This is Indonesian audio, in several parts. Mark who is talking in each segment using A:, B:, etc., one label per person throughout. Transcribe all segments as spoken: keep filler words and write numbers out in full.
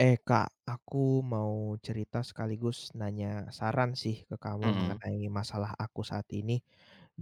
A: Eh Kak, aku mau cerita sekaligus nanya saran sih ke kamu
B: Mhm
A: mengenai masalah aku saat ini.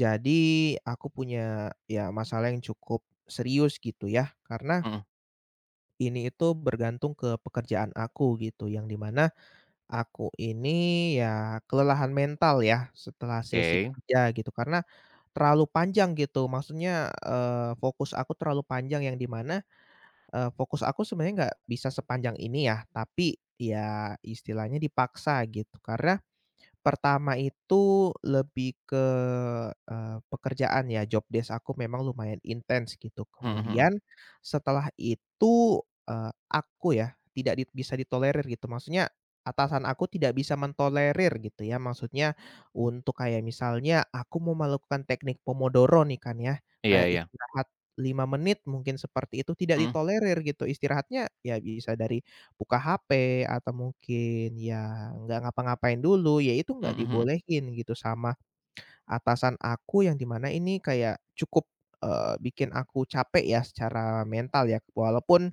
A: Jadi aku punya ya masalah yang cukup serius gitu ya, karena
B: mhm.
A: ini itu bergantung ke pekerjaan aku gitu, yang dimana aku ini ya kelelahan mental ya setelah sesi
B: Oke.
A: kerja gitu, karena terlalu panjang gitu. Maksudnya, eee, fokus aku terlalu panjang yang dimana. Eee, fokus aku sebenarnya nggak bisa sepanjang ini ya, tapi ya istilahnya dipaksa gitu karena pertama itu lebih ke, eee, pekerjaan ya, job desk aku memang lumayan intens gitu.
B: Mhm mhm.
A: Kemudian setelah itu, eee, aku ya tidak dit bisa ditolerir gitu, maksudnya atasan aku tidak bisa mentolerir gitu ya, maksudnya untuk kayak misalnya aku mau melakukan teknik pomodoro nih kan ya,
B: Iya
A: kayak
B: iya.
A: istirahat lima menit mungkin seperti itu, tidak
B: Mhm
A: ditolerir gitu. Istirahatnya ya bisa dari buka H P atau mungkin ya nggak ngapa-ngapain dulu, ya itu nggak
B: mhm mhm
A: dibolehin gitu sama atasan aku yang di mana ini kayak cukup, eee, bikin aku capek ya secara mental ya, walaupun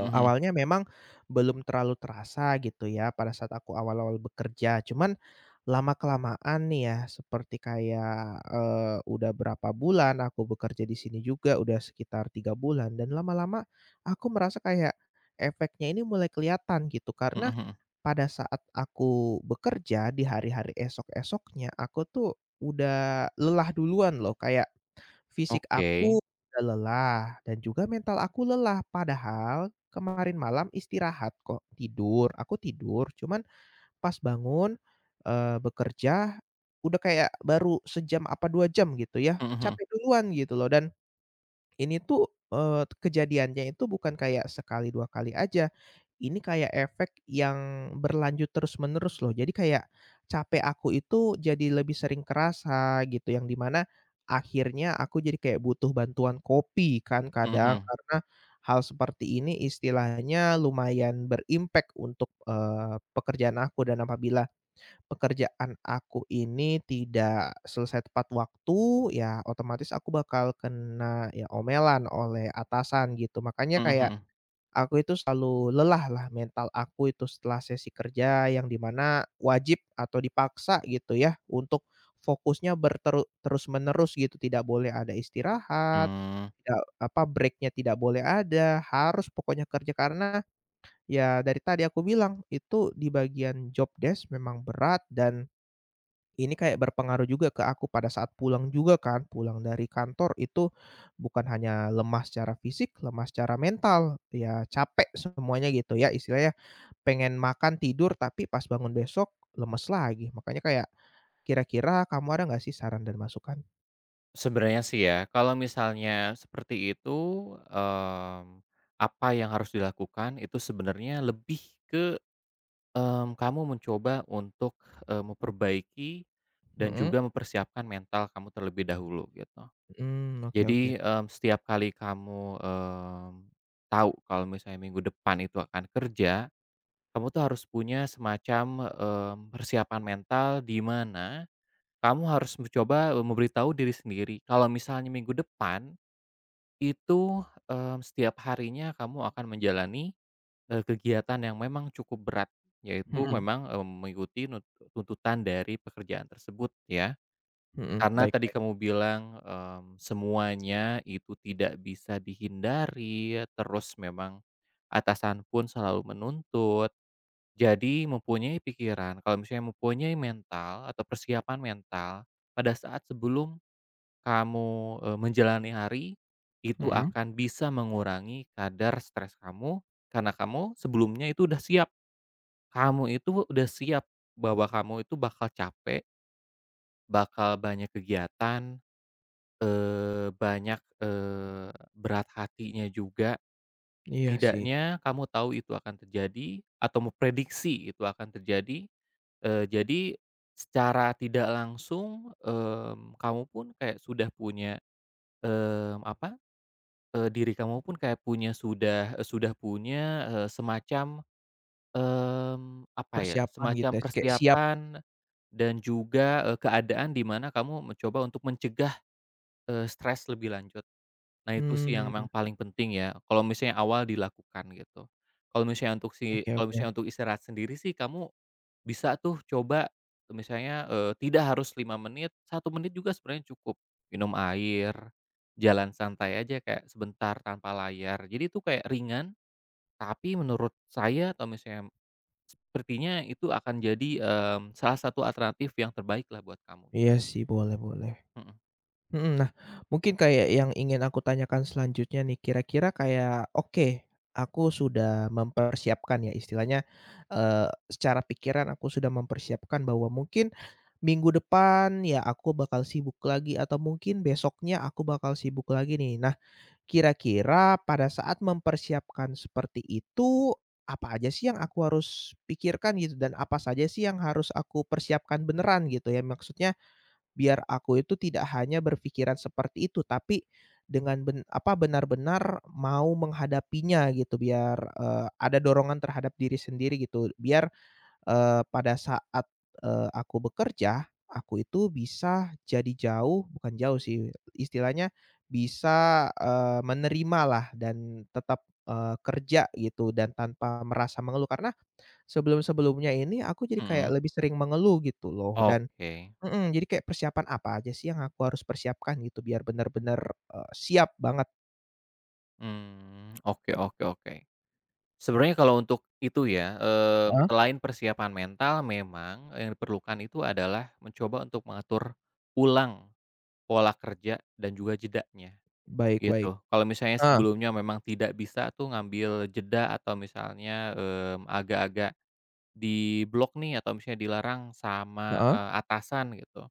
B: mhm
A: memang belum terlalu terasa gitu ya pada saat aku awal-awal bekerja, cuman lama-kelamaan nih ya seperti kayak, eee, udah berapa bulan aku bekerja di sini juga udah sekitar tiga bulan dan lama-lama aku merasa kayak efeknya ini mulai kelihatan gitu.
B: mhm
A: Karena
B: mhm.
A: pada saat aku bekerja di hari-hari esok-esoknya, aku tuh udah lelah duluan loh, kayak fisik
B: Oke.
A: aku udah lelah dan juga mental aku lelah. Padahal kemarin malam istirahat kok, tidur, aku tidur, cuman pas bangun, eee, bekerja udah kayak baru sejam apa dua jam gitu ya,
B: Mhm
A: capek duluan gitu loh. Dan ini tuh, eee, kejadiannya itu bukan kayak sekali, dua kali aja. Ini kayak efek yang berlanjut terus-menerus loh. Jadi kayak capek aku itu jadi lebih sering kerasa gitu, yang di mana akhirnya aku jadi kayak butuh bantuan kopi kan
B: mhm
A: kadang,
B: mhm
A: karena hal seperti ini istilahnya lumayan berimpact untuk, eee, pekerjaan aku. Dan apabila pekerjaan aku ini tidak selesai tepat waktu, ya otomatis aku bakal kena ya omelan oleh atasan gitu. Makanya
B: mhm mhm
A: kayak
B: mhm.
A: aku itu selalu lelah lah mental aku itu setelah sesi kerja yang dimana wajib atau dipaksa gitu ya untuk fokusnya berteru terus-menerus gitu, tidak boleh ada istirahat,
B: Mmm,
A: tidak apa, breaknya tidak boleh ada, harus pokoknya kerja karena ya dari tadi aku bilang itu di bagian job desk memang berat. Dan ini kayak berpengaruh juga ke aku pada saat pulang juga kan, pulang dari kantor itu bukan hanya lemah secara fisik, lemah secara mental, ya capek semuanya gitu ya, istilahnya pengen makan, tidur, tapi pas bangun besok lemes lagi. Makanya kayak kira-kira kamu ada nggak sih saran dan masukan?
B: Sebenarnya sih ya, kalau misalnya seperti itu, mmm, apa yang harus dilakukan itu sebenarnya lebih ke, mmm, kamu mencoba untuk, eee, memperbaiki dan
A: Mhm,
B: juga mempersiapkan mental kamu terlebih dahulu gitu.
A: mmm, oke oke.
B: Jadi, mmm, setiap kali kamu, mmm, tahu kalau misalnya minggu depan itu akan kerja, kamu tuh harus punya semacam, mmm, persiapan mental di mana kamu harus mencoba, memberitahu diri sendiri kalau misalnya minggu depan itu, mmm, setiap harinya kamu akan menjalani, eee, kegiatan yang memang cukup berat, yaitu
A: Mhm
B: memang, eee, mengikuti nut tuntutan dari pekerjaan tersebut ya.
A: mhm,
B: Karena
A: baik
B: tadi
A: baik.
B: kamu bilang, mmm, semuanya itu tidak bisa dihindari, terus memang atasan pun selalu menuntut. Jadi mempunyai pikiran, kalau misalnya mempunyai mental atau persiapan mental pada saat sebelum kamu, eee, menjalani hari, itu
A: Mhm,
B: akan bisa mengurangi kadar stres kamu, karena kamu sebelumnya itu udah siap. Kamu itu udah siap bahwa kamu itu bakal capek, bakal banyak kegiatan, Eee, banyak, eee, berat hatinya juga.
A: iya sih,
B: Setidaknya kamu tahu itu akan terjadi atau memprediksi itu akan terjadi, eee, jadi secara tidak langsung, mmm, kamu pun kayak sudah punya, mmm, apa, eee, diri kamu pun kayak punya sudah eee, sudah punya, eee, semacam, mmm, apa ya,
A: persiapan gitu
B: semacam
A: ya, kayak siap.
B: persiapan dan juga, eee, keadaan di mana kamu mencoba untuk mencegah, eee, stres lebih lanjut. Nah itu sih yang
A: Mmm,
B: memang paling penting ya, kalau misalnya awal dilakukan gitu. Kalau misalnya untuk si
A: oke
B: kalau
A: oke.
B: misalnya untuk istirahat sendiri sih kamu bisa tuh coba misalnya, eee, tidak harus lima menit, satu menit juga sebenarnya cukup. Minum air, jalan santai aja kayak sebentar tanpa layar. Jadi itu kayak ringan, tapi menurut saya atau misalnya sepertinya itu akan jadi, mmm, salah satu alternatif yang terbaik lah buat kamu.
A: Iya sih, boleh boleh.
B: Mhm
A: Mhm, nah mungkin kayak yang ingin aku tanyakan selanjutnya nih, kira-kira kayak oke, aku sudah mempersiapkan ya istilahnya, eee, secara pikiran aku sudah mempersiapkan bahwa mungkin minggu depan ya aku bakal sibuk lagi atau mungkin besoknya aku bakal sibuk lagi nih. Nah kira-kira pada saat mempersiapkan seperti itu, apa aja sih yang aku harus pikirkan gitu dan apa saja sih yang harus aku persiapkan beneran gitu ya? Maksudnya biar aku itu tidak hanya berpikiran seperti itu, tapi dengan ben apa, benar-benar mau menghadapinya gitu biar, eee, ada dorongan terhadap diri sendiri gitu. Biar, eee, pada saat, eee, aku bekerja, aku itu bisa jadi jauh bukan jauh sih, istilahnya bisa, eh, menerima lah dan tetap, eee, kerja gitu dan tanpa merasa mengeluh. Karena sebelum-sebelumnya ini aku jadi kayak
B: mhm.
A: lebih sering mengeluh gitu loh. Dan
B: Oke.
A: mhm, jadi kayak persiapan apa aja sih yang aku harus persiapkan gitu biar benar-benar eee, siap banget?
B: Mmm, oke oke oke. Sebenarnya kalau untuk itu ya. Mhm.
A: Heeh.
B: Selain persiapan mental memang yang diperlukan itu adalah mencoba untuk mengatur ulang pola kerja dan juga jedanya,
A: Baik baik.
B: gitu. Kalau misalnya
A: Heeh,
B: sebelumnya memang tidak bisa tuh ngambil jeda atau misalnya, mmm, agak-agak diblok nih atau misalnya dilarang sama,
A: heeh.
B: eee, atasan gitu.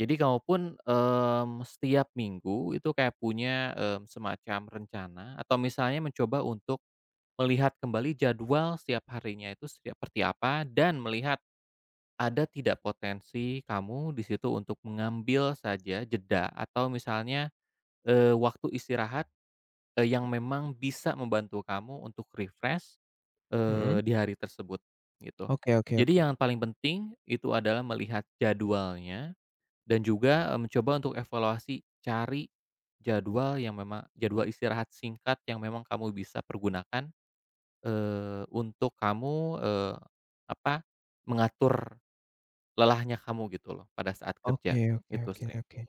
B: Jadi kamu pun, mmm, setiap minggu itu kayak punya, mmm, semacam rencana atau misalnya mencoba untuk melihat kembali jadwal setiap harinya itu seperti apa dan melihat ada tidak potensi kamu di situ untuk mengambil saja jeda atau misalnya, eee, waktu istirahat, eee, yang memang bisa membantu kamu untuk refresh,
A: Mhm,
B: eee, di hari tersebut, gitu.
A: oke oke
B: Jadi
A: oke.
B: yang paling penting itu adalah melihat jadwalnya dan juga, eee, mencoba untuk evaluasi, cari jadwal yang memang jadwal istirahat singkat yang memang kamu bisa pergunakan, Eee, untuk kamu, eee, apa, mengatur lelahnya kamu gitu loh pada saat kerja,
A: Oke oke
B: itu
A: oke
B: sih.
A: oke.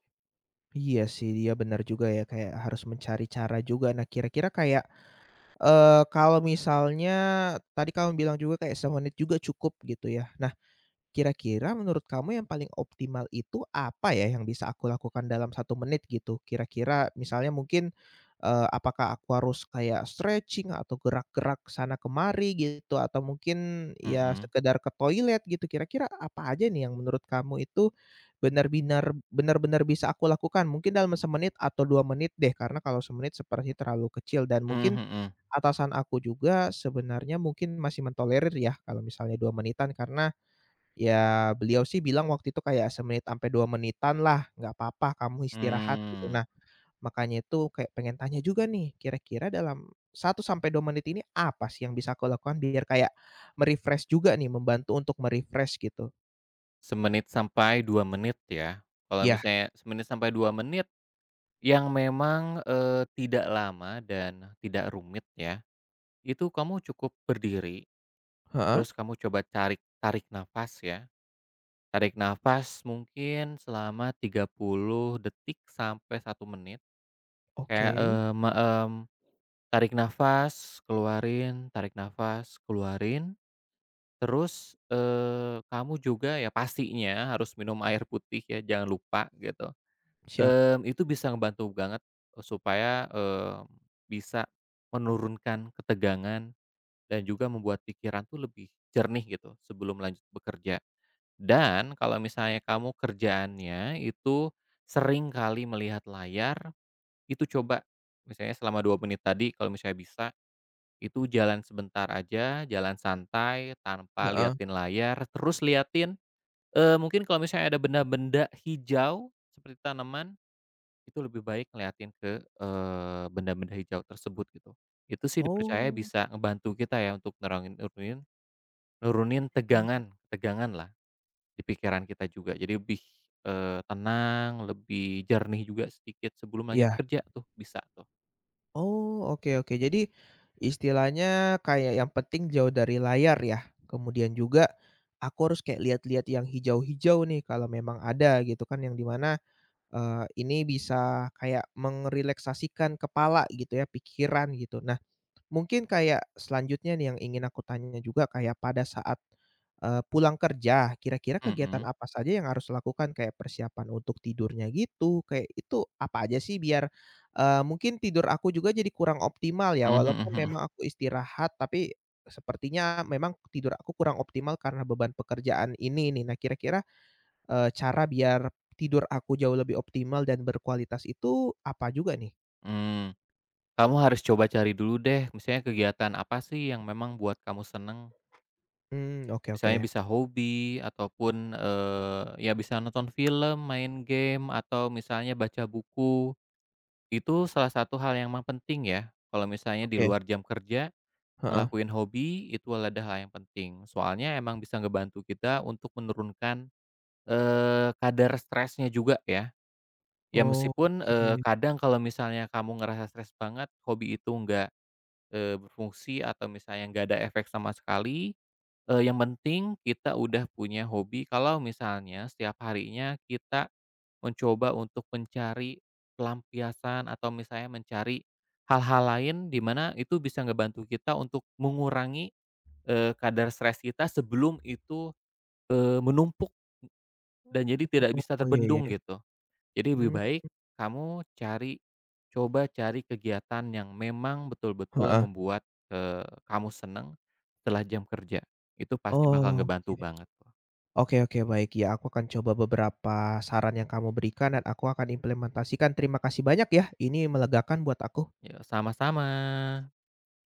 A: Iya sih, iya benar juga ya, kayak harus mencari cara juga. Nah kira-kira kayak, eee, kalau misalnya tadi kamu bilang juga kayak semenit juga cukup gitu ya. Nah kira-kira menurut kamu yang paling optimal itu apa ya yang bisa aku lakukan dalam satu menit gitu? Kira-kira misalnya mungkin, eee, apakah aku harus kayak stretching atau gerak-gerak sana kemari gitu atau mungkin ya
B: Mhm.
A: sekedar ke toilet gitu, kira-kira apa aja nih yang menurut kamu itu benar-benar benar-benar bisa aku lakukan? Mungkin dalam semenit atau dua menit deh, karena kalau semenit sepertinya terlalu kecil dan mungkin
B: Mhm mhm.
A: atasan aku juga sebenarnya mungkin masih mentolerir ya kalau misalnya dua menitan. Karena ya, beliau sih bilang waktu itu kayak semenit sampai dua menitan lah, "Nggak apa-apa kamu istirahat," gitu.
B: Mmm,
A: Nah, makanya itu kayak pengen tanya juga nih, kira-kira dalam satu sampai dua menit ini apa sih yang bisa aku lakukan biar kayak me juga nih, membantu untuk me gitu?
B: Semenit sampai dua menit ya. Kalau
A: Iya,
B: misalnya semenit sampai dua menit yang memang, eee, tidak lama dan tidak rumit ya, itu kamu cukup berdiri,
A: heeh,
B: terus kamu coba cari tarik nafas ya. Tarik nafas mungkin selama tiga puluh detik sampai satu menit kayak,
A: oke,
B: mmm, mmm tarik nafas, keluarin, tarik nafas, keluarin, terus, eee, kamu juga ya pastinya harus minum air putih ya, jangan lupa gitu.
A: siap,
B: Mmm, itu bisa ngebantu banget e supaya, eee, bisa menurunkan ketegangan dan juga membuat pikiran tuh lebih jernih gitu sebelum lanjut bekerja. Dan kalau misalnya kamu kerjaannya itu sering kali melihat layar, itu coba misalnya selama dua menit tadi kalau misalnya bisa itu jalan sebentar aja, jalan santai tanpa
A: heeh.
B: liatin layar, terus liatin, eee, mungkin kalau misalnya ada benda-benda hijau seperti tanaman, itu lebih baik ngeliatin ke, eee, benda-benda hijau tersebut gitu. Itu sih dipercaya
A: Oh,
B: bisa ngebantu kita ya untuk nerangin nurunin nurunin
A: mmm.
B: tegangan tegangan lah di pikiran kita juga. Jadi lebih, eee, tenang, lebih jernih juga sedikit sebelum lanjut
A: Iya.
B: kerja tuh, bisa tuh.
A: Oh, oke oke. Jadi, istilahnya kayak yang penting jauh dari layar ya? Kemudian juga, aku harus kayak lihat-lihat yang hijau-hijau nih kalau memang ada gitu kan yang dimana mana, ini bisa kayak mengerileksasikan kepala gitu ya, pikiran gitu. Nah, mungkin kayak selanjutnya nih yang ingin aku tanya juga kayak pada saat, eee, pulang kerja kira-kira kegiatan
B: Mhm.
A: apa saja yang harus dilakukan kayak persiapan untuk tidurnya gitu, kayak itu apa aja sih biar, eee, mungkin tidur aku juga jadi kurang optimal ya
B: Mhm mhm
A: walaupun
B: mhm.
A: memang aku istirahat tapi sepertinya memang tidur aku kurang optimal karena beban pekerjaan ini nih. Nah kira-kira, eee, cara biar tidur aku jauh lebih optimal dan berkualitas itu apa juga nih?
B: Mmm. Kamu harus coba cari dulu deh, misalnya kegiatan apa sih yang memang buat kamu seneng.
A: Mmm, oke oke.
B: Misalnya bisa hobi ataupun, eee, ya bisa nonton film, main game, atau misalnya baca buku. Itu salah satu hal yang memang penting ya, kalau misalnya di
A: Oke,
B: luar jam kerja,
A: heeh.
B: ngelakuin hobi itu adalah hal yang penting. Soalnya emang bisa ngebantu kita untuk menurunkan, eee, kadar stresnya juga ya. Ya meskipun,
A: Oke,
B: eee, kadang kalau misalnya kamu ngerasa stres banget, hobi itu nggak, Eee, berfungsi atau misalnya nggak ada efek sama sekali, eee, yang penting kita udah punya hobi kalau misalnya setiap harinya kita mencoba untuk mencari pelampiasan atau misalnya mencari hal-hal lain di mana itu bisa ngebantu kita untuk mengurangi, eee, kadar stres kita sebelum itu, eee, menumpuk dan jadi tidak bisa
A: oh, iya iya,
B: terbendung gitu. Jadi lebih
A: mmm,
B: baik kamu cari coba cari kegiatan yang memang betul-betul
A: heeh,
B: membuat, eee, kamu seneng setelah jam kerja. Itu pasti bakal
A: oke
B: ngebantu banget loh.
A: oke oke, baik ya aku akan coba beberapa saran yang kamu berikan dan aku akan implementasikan. Terima kasih banyak ya, ini melegakan buat aku.
B: Ya sama-sama.